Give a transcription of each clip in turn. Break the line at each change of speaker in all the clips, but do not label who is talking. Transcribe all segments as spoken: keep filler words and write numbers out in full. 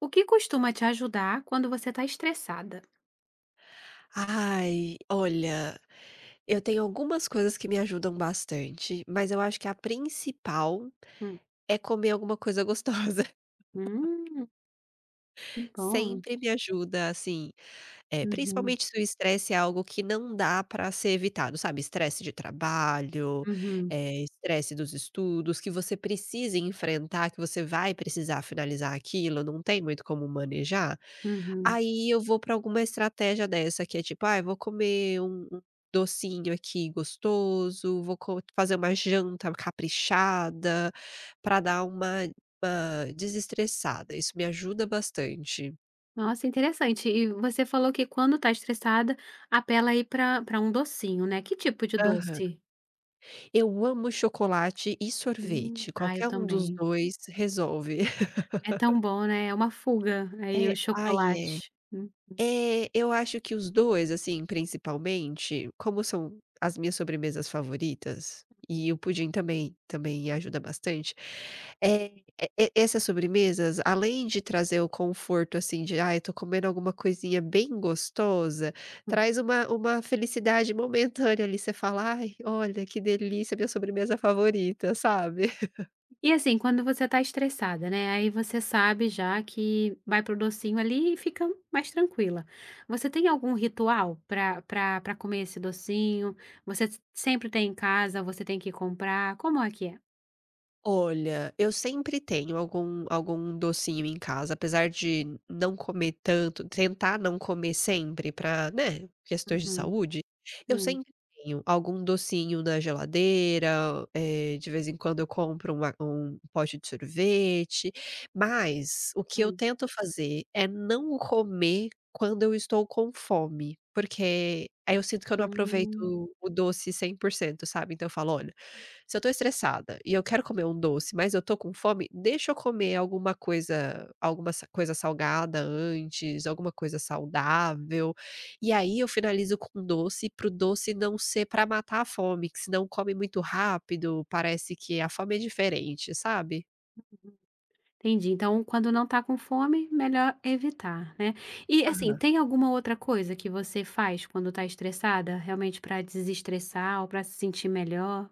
O que costuma te ajudar quando você está estressada?
Ai, olha, eu tenho algumas coisas que me ajudam bastante, mas eu acho que a principal
Hum,
é comer alguma coisa gostosa.
hum, que bom.
Sempre me ajuda, assim, eh,
Uhum,
principalmente se o estresse é algo que não dá para ser evitado, sabe, estresse de trabalho,
uhum,
eh, estresse dos estudos, que você precisa enfrentar, que você vai precisar finalizar aquilo, não tem muito como manejar,
uhum.
aí eu vou para alguma estratégia dessa que é tipo: "Ai, vou comer um um docinho aqui gostoso, vou co fazer uma janta caprichada", para dar uma uma desestressada, isso me ajuda bastante.
Nossa, interessante. E você falou que quando está estressada, apela aí para para um docinho, né. Que tipo de
Aham.
doce?
Eu amo chocolate e
Hum.
sorvete,
Ah, eu
qualquer um dos
também.
dois resolve.
É tão bom, né, é uma fuga, aí
É,
o
ai
chocolate. Uhum. Uhum.
é. É, eu acho que os dois, assim, principalmente, como são as minhas sobremesas favoritas, e o pudim também também ajuda bastante, eh, e e essas sobremesas, além de trazer o conforto, assim, de: "Ai, eu tô comendo alguma coisinha bem gostosa",
Hum.
traz uma uma felicidade momentânea ali, você fala: "Ai, olha que delícia, minha sobremesa favorita", sabe?
E assim, quando você tá estressada, né, aí você sabe já que vai pro docinho ali e fica mais tranquila. Você tem algum ritual pra pra pra comer esse docinho? Você s sempre tem em casa, você tem que comprar, como é que é?
Olha, eu sempre tenho algum algum docinho em casa, apesar de não comer tanto, tentar não comer sempre para, né, questões de
Uhum,
saúde, eu
sim,
sempre tenho algum docinho na geladeira, eh, de vez em quando eu compro uma um pote de sorvete, mas o que eu
hum,
tento fazer é não comer quando eu estou com fome, porque aí eu sinto que eu não aproveito
hum,
o doce cem por cento, sabe. Então eu falo: "Olha". Se eu tô estressada e eu quero comer um doce, mas eu tô com fome, deixa eu comer alguma coisa alguma sa coisa salgada antes, alguma coisa saudável, e aí eu finalizo com um doce, para o doce não ser pra matar a fome, que senão come muito rápido, parece que a fome é diferente, sabe?
entendi. Então quando não tá com fome, melhor evitar, né. E assim,
Aham.
tem alguma outra coisa que você faz quando tá estressada, realmente pra desestressar ou pra se sentir melhor?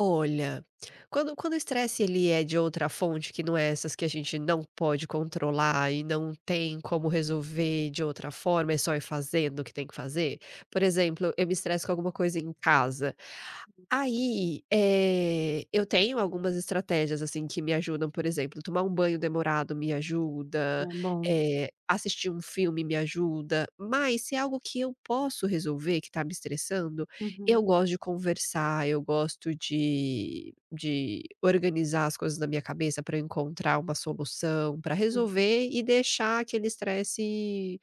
Olha, quando quando o estresse ele é de outra fonte que não é essas, que a gente não pode controlar e não tem como resolver de outra forma, é só ir fazendo o que tem que fazer, por exemplo, eu me estresso com alguma coisa em casa, aí, eh, eu tenho algumas estratégias, assim, que me ajudam, por exemplo, tomar um banho demorado me ajuda,
É bom.
eh, assistir um filme me ajuda, mas se é algo que eu posso resolver que tá me estressando, eu
Uhum.
gosto de conversar, eu gosto de de organizar as coisas na minha cabeça para encontrar uma solução, para resolver e deixar aquele estresse,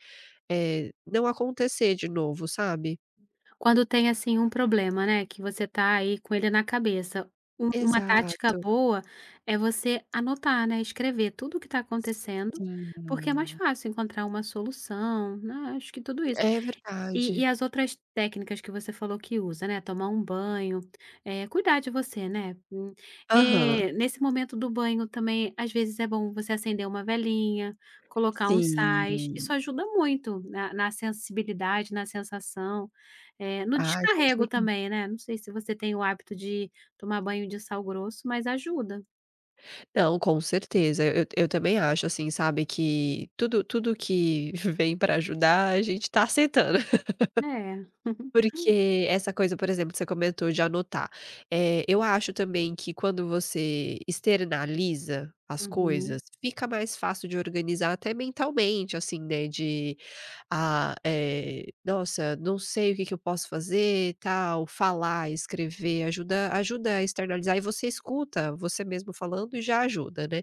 eh, não acontecer de novo, sabe?
Quando tem, assim, um problema, né, que você tá aí com ele na cabeça, um uma tática
Exato.
boa é você anotar, né, escrever tudo o que está acontecendo,
Sim,
porque é mais fácil encontrar uma solução, né, acho que tudo isso.
é
E e
verdade.
as outras técnicas que você falou que usa, né, tomar um banho, eh, cuidar de você, né. Hum,
Aham.
eh, nesse momento do banho também, às vezes, é bom você acender uma velinha, colocar uns sais, isso
Sim.
ajuda muito na na sensibilidade, na sensação, eh, no
Ai, com
descarrego
certeza.
também, né, não sei se você tem o hábito de tomar banho de sal grosso, mas ajuda.
Não, com certeza. Eu eu também acho, assim, sabe, que tudo tudo que vem para ajudar, a gente tá aceitando.
Né?
Porque essa coisa, por exemplo, que você comentou de anotar, eh, eu acho também que quando você externaliza as
Uhum,
coisas, fica mais fácil de organizar até mentalmente, assim, né, de ah, eh, "Nossa, não sei o que que eu posso fazer", tal, falar, escrever, ajuda ajuda a externalizar e você escuta você mesmo falando e já ajuda, né.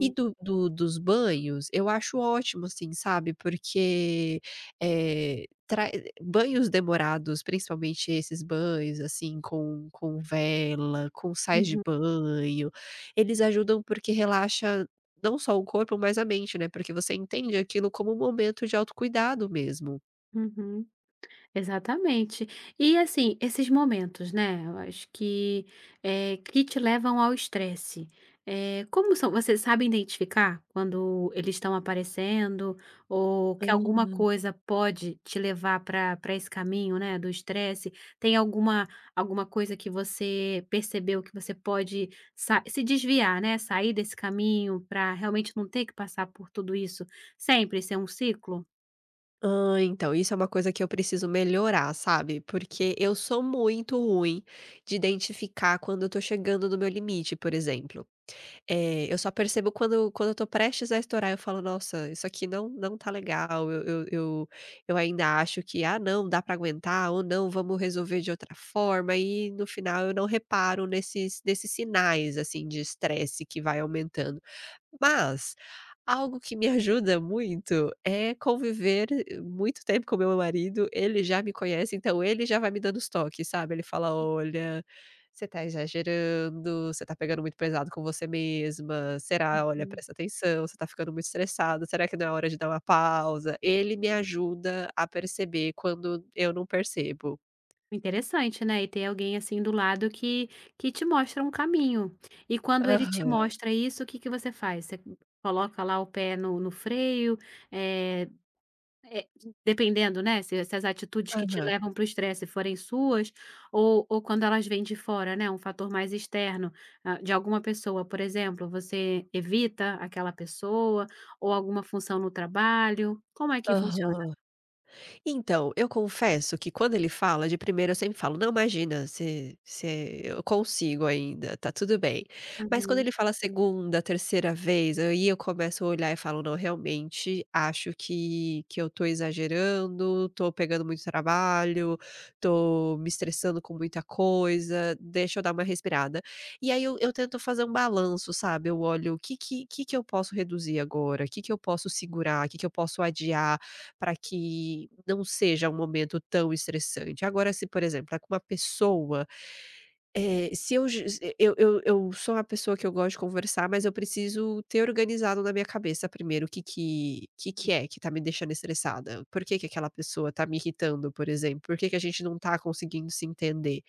E do do dos banhos, eu acho ótimo, assim, sabe, porque, eh, tra eh, banhos demorados, principalmente esses banhos, assim, com com vela, com sais de
uhum,
banho, eles ajudam porque relaxa não só o corpo, mas a mente, né, porque você entende aquilo como um momento de autocuidado mesmo.
uhum. Exatamente. E assim, esses momentos, né, eu acho que, eh, que te levam ao estresse, eh, como são? Você sabe identificar quando eles estão aparecendo ou
Hã.
que alguma coisa pode te levar para para esse caminho, né, do estresse? Tem alguma alguma coisa que você percebeu que você pode sa se desviar, né, sair desse caminho para realmente não ter que passar por tudo isso sempre, ser um ciclo?
Hã, então, isso é uma coisa que eu preciso melhorar, sabe, porque eu sou muito ruim de identificar quando eu tô chegando no meu limite, por exemplo. É, eu só percebo quando quando eu tô prestes a estourar, eu falo: "Nossa, isso aqui não não tá legal, eu eu eu eu ainda acho que, ah, não, dá pra aguentar, ou não, vamos resolver de outra forma", e no final eu não reparo nesses nesses sinais, assim, de estresse que vai aumentando. Mas, algo que me ajuda muito é conviver eh, muito tempo com o meu marido, ele já me conhece, então ele já vai me dando os toques, sabe. Ele fala: "Olha, você tá exagerando, você tá pegando muito pesado com você mesma, será? Olha, presta atenção, você tá ficando muito estressada, será que não é hora de dar uma pausa?". Ele me ajuda a perceber quando eu não percebo.
Interessante, né, e ter alguém, assim, do lado que que te mostra um caminho. E quando ele te
Aham,
mostra isso, o que que você faz? Você coloca lá o pé no no freio, eh eh, dependendo, né, se se as atitudes que te
aham,
levam para o estresse forem suas, ou ou quando elas vêm de fora, né, um fator mais externo, ah, de alguma pessoa, por exemplo, você evita aquela pessoa, ou alguma função no trabalho, como é que funciona?
aham. Então, eu confesso que quando ele fala, de primeira eu sempre falo: "Não, imagina, se se eu consigo ainda, tá tudo bem". Mas quando
Uhum,
ele fala segunda, terceira vez, aí eu começo a olhar e falo: "Não, realmente acho que que eu tô exagerando, tô pegando muito trabalho, tô me estressando com muita coisa, deixa eu dar uma respirada". E aí eu eu tento fazer um balanço, sabe, eu olho: "O que que que que eu posso reduzir agora? O que que eu posso segurar? O que que eu posso adiar?", para que não seja um momento tão estressante. Agora, se, por exemplo, é com uma pessoa, eh, se eu j se eu eu eu sou uma pessoa que eu gosto de conversar, mas eu preciso ter organizado na minha cabeça primeiro o que que que que é que tá me deixando estressada. Por que que aquela pessoa tá me irritando, por exemplo? Por que que a gente não tá conseguindo se entender?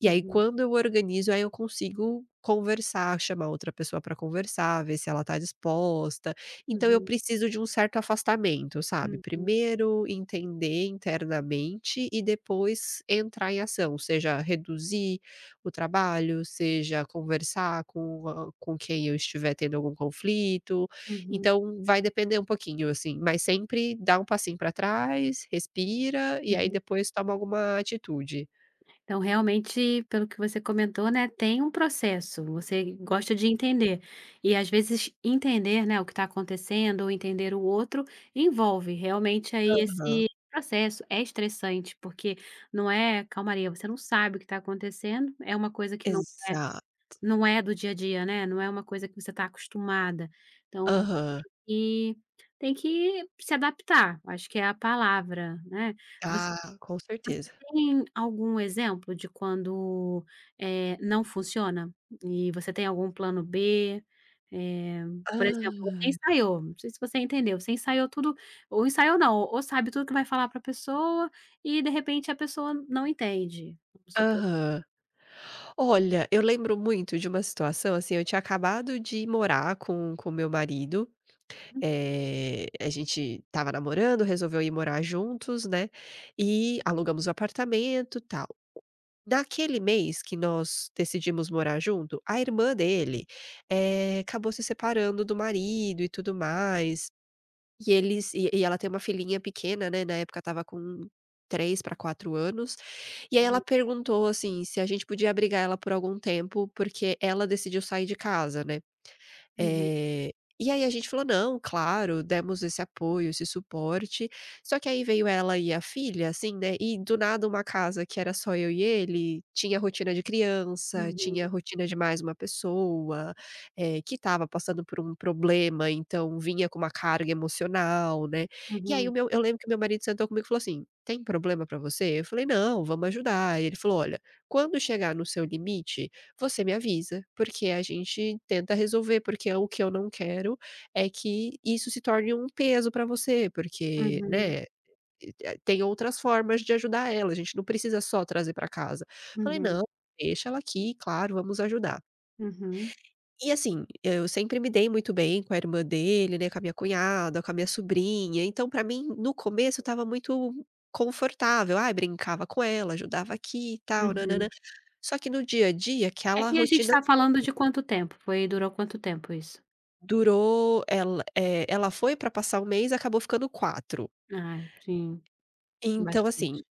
E aí,
uhum,
quando eu organizo, aí eu consigo conversar, chamar outra pessoa para conversar, ver se ela tá disposta. Então eu
uhum,
preciso de um certo afastamento, sabe.
uhum, uhum,
Primeiro entender internamente e depois entrar em ação, seja reduzir o trabalho, seja conversar com a com quem eu estiver tendo algum conflito.
uhum,
Então vai depender um pouquinho, assim, mas sempre dá um passinho para trás, respira e aí
uhum.
depois toma alguma atitude.
Então, realmente, pelo que você comentou, né, tem um processo, você gosta de entender. E às vezes entender, né, o que está acontecendo ou entender o outro envolve realmente aí
Aham,
esse processo. É estressante, porque não é calmaria, você não sabe o que está acontecendo, é uma coisa que não,
exa
não é do dia a dia, né? Não é uma coisa que você está acostumada. Então,
aham.
e tem que se adaptar, acho que é a palavra, né? Você
Ah, com
você
certeza.
tem algum exemplo de quando, eh, não funciona? E você tem algum plano B? Eh, por exemplo, você
Ah.
ensaiou, não sei se você entendeu, você ensaiou tudo ou ensaiou não, ou sabe tudo que vai falar para a pessoa e de repente a pessoa não entende, vamos supor.
Aham. Olha, eu lembro muito de uma situação, assim, eu tinha acabado de morar com com meu marido,
Hum.
eh, a gente estava namorando, resolveu ir morar juntos, né, e alugamos o apartamento, tal. Naquele mês que nós decidimos morar junto, a irmã dele, eh, acabou se separando do marido e tudo mais, e eles e e ela tem uma filhinha pequena, né, na época estava com três para quatro anos, e aí ela
Uhum,
perguntou, assim, se a gente podia abrigar ela por algum tempo, porque ela decidiu sair de casa, né. Eh, e aí a gente falou: "Não, claro", demos esse apoio, esse suporte, só que aí veio ela e a filha, assim, né, e do nada uma casa que era só eu e ele, tinha rotina de criança,
uhum,
tinha rotina de mais uma pessoa, eh, que estava passando por um problema, então vinha com uma carga emocional, né. E aí
uhum,
o meu eu lembro que meu marido sentou comigo e falou assim: "Tem problema pra você?". Eu falei: "Não, vamos ajudar". E ele falou: "Olha, quando chegar no seu limite você me avisa, porque a gente tenta resolver, porque é o que eu não quero é que isso se torne um peso para você,
uhum,
porque,
uhum,
né, eh, tem outras formas de ajudar ela, a gente não precisa só trazer para casa". Falei:
uhum,
"Não, deixa ela aqui, claro, vamos ajudar".
uhum,
E assim, eu sempre me dei muito bem com a irmã dele, né, com a minha cunhada, com a minha sobrinha, então para mim, no começo, estava muito confortável, ai brincava com ela, ajudava aqui e tal,
uhum.
nã-nã-nã. Só que no dia a dia,
É,
aquela
e a gente
rotina.
tá falando de quanto tempo? Foi durou quanto tempo isso?
Durou, ela eh, ela foi pra passar um mês, acabou ficando quatro.
Ah, sim,
Então
bastante.
assim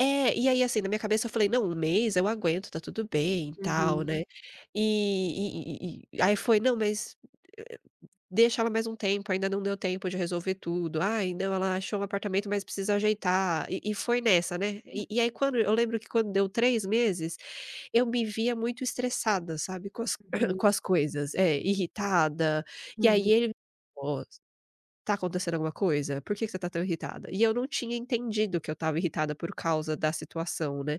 é, e aí assim, na minha cabeça eu falei: "Não, um mês eu aguento, tá tudo bem e tal,
Uhum.
né". E e e e aí foi: "Não, mas deixa ela mais um tempo, ainda não deu tempo de resolver tudo". "Ai, não, ela achou um apartamento, mas precisa ajeitar". E e foi nessa, né. E e aí quando eu lembro, que quando deu três meses, eu me via muito estressada, sabe, com as com
Uhum,
as coisas, é, irritada, e
uhum,
aí ele "Tá acontecendo alguma coisa? Por que que você tá tão irritada?". E eu não tinha entendido que eu estava irritada por causa da situação, né.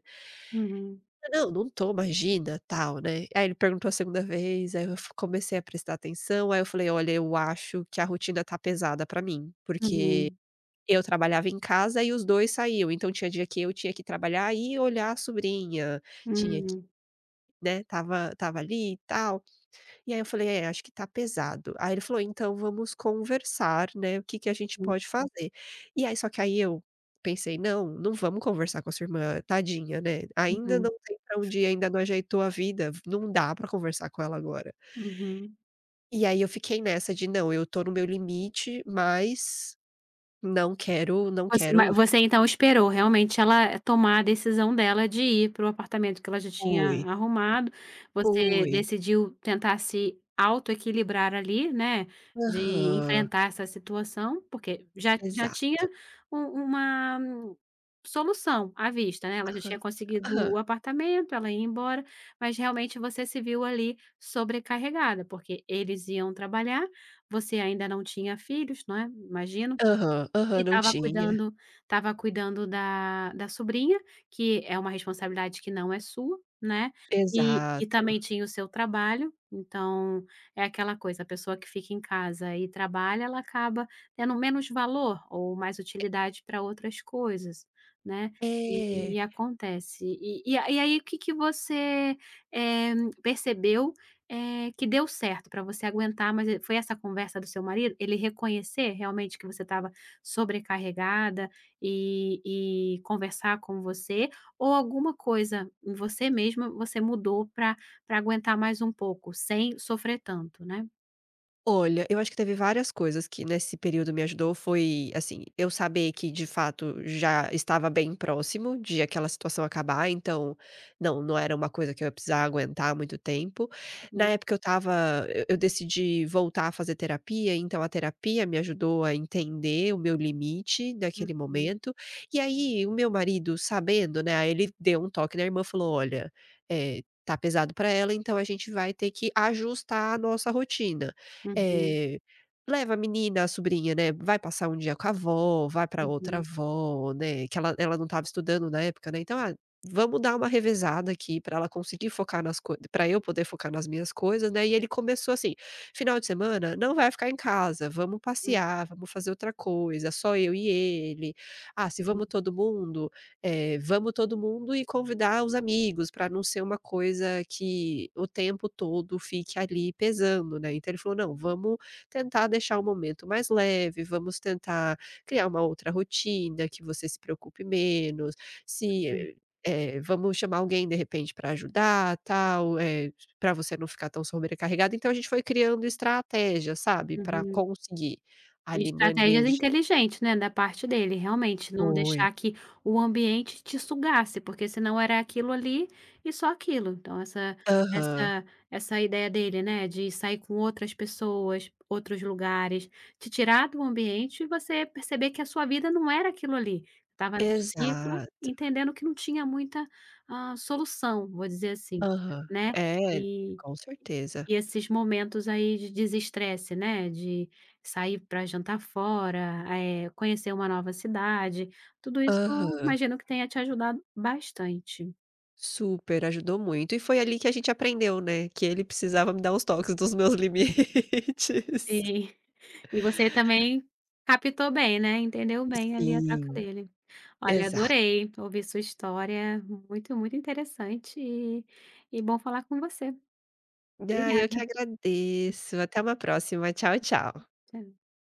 uhum,
"Não, não tô, imagina", tal, né. Aí ele perguntou a segunda vez, aí eu f comecei a prestar atenção, aí eu falei: "Olha, eu acho que a rotina tá pesada pra mim, porque
uhum,
eu trabalhava em casa e os dois saíam, então tinha dia que eu tinha que trabalhar e olhar a sobrinha, tinha que,
uhum,
né, tava, tava ali e tal". E aí eu falei: "É, acho que tá pesado". Aí ele falou: "Então vamos conversar, né, o que que a gente
uhum,
pode fazer". E aí só que aí eu pensei: "Não, não vamos conversar com a sua irmã, tadinha, né, ainda
uhum,
não tem pra onde ir, ainda não ajeitou a vida, não dá pra conversar com ela agora".
uhum.
E aí eu fiquei nessa de: "Não, eu tô no meu limite, mas não quero, não
Você ma
quero".
você então esperou realmente ela tomar a decisão dela de ir para o apartamento que ela já tinha
Oi.
arrumado, você
Oi.
decidiu tentar se autoequilibrar ali, né, de
Aham,
enfrentar essa situação, porque já já tinha
exato.
u uma solução à vista, né, ela já
Aham,
tinha conseguido
aham,
o apartamento, ela ia embora, mas realmente você se viu ali sobrecarregada, porque eles iam trabalhar, você ainda não tinha filhos, não é, imagino,
aham,
e
aham, não
estava
tinha.
cuidando estava cuidando da da sobrinha, que é uma responsabilidade que não é sua, né, e e também
Exato.
tinha o seu trabalho, então é aquela coisa, a pessoa que fica em casa e trabalha, ela acaba tendo menos valor ou mais utilidade para outras coisas, né, e
É.
e acontece. E e a e aí o que que você, eh, percebeu, eh, que deu certo para você aguentar, mas e foi essa conversa do seu marido? Ele reconhecer realmente que você estava sobrecarregada e e conversar com você, ou alguma coisa em você mesma você mudou para para aguentar mais um pouco, sem sofrer tanto, né.
Olha, eu acho que teve várias coisas que nesse período me ajudou, foi, assim, eu saber que de fato já estava bem próximo de aquela situação acabar, então, não, não era uma coisa que eu ia precisar aguentar muito tempo. Na
Uhum,
época eu estava eu eu decidi voltar a fazer terapia, então a terapia me ajudou a entender o meu limite naquele momento, e aí o meu marido sabendo, né, aí ele deu um toque na irmã, e falou: "Olha, eh, tá pesado para ela, então a gente vai ter que ajustar a nossa rotina.
uhum,
Eh, Leva a menina, a sobrinha, né, vai passar um dia com a avó, vai para outra
uhum,
avó, né, que ela ela não estava estudando na época, né, então: "Ah, vamos dar uma revezada aqui para ela conseguir focar nas coisas, para eu poder focar nas minhas coisas", né, e ele começou assim: "Final de semana não vai ficar em casa, vamos
uhum,
passear, vamos fazer outra coisa, só eu e ele. Ah, se vamos todo mundo, eh, vamos todo mundo e convidar os amigos para não ser uma coisa que o tempo todo fique ali pesando, né. Então ele falou: "Não, vamos tentar deixar o momento mais leve, vamos tentar criar uma outra rotina que você se preocupe menos, se
uhum,
eh, eh, vamos chamar alguém de repente para ajudar, tal, eh, para você não ficar tão sobrecarregada". Então a gente foi criando estratégia, sabe, para
uhum.
conseguir ali
Estratégias
manejar.
inteligentes, né, da parte dele, realmente, não
Foi.
deixar que o ambiente te sugasse, porque senão era aquilo ali e só aquilo. Então essa
Aham.
essa essa ideia dele, né, de sair com outras pessoas, outros lugares, te tirar do ambiente e você perceber que a sua vida não era aquilo ali, estava num ciclo,
Exato.
entendendo que não tinha muita, hã, solução, vou dizer assim,
Aham.
né.
É, com certeza.
E esses momentos aí de desestresse, né, de sair para jantar fora, eh, conhecer uma nova cidade, tudo isso
Aham.
imagino que tenha te ajudado bastante.
Super, ajudou muito. E foi ali que a gente aprendeu, né, que ele precisava me dar uns toques dos meus limites.
Sim. E você também captou bem, né, entendeu bem ali a troca
Sim,
dele. Olha,
exato.
adorei ouvir sua história, muito, muito interessante e e bom falar com você.
Ah,
Obrigada.
eu que agradeço. Até uma próxima. Tchau, tchau.
Tchau.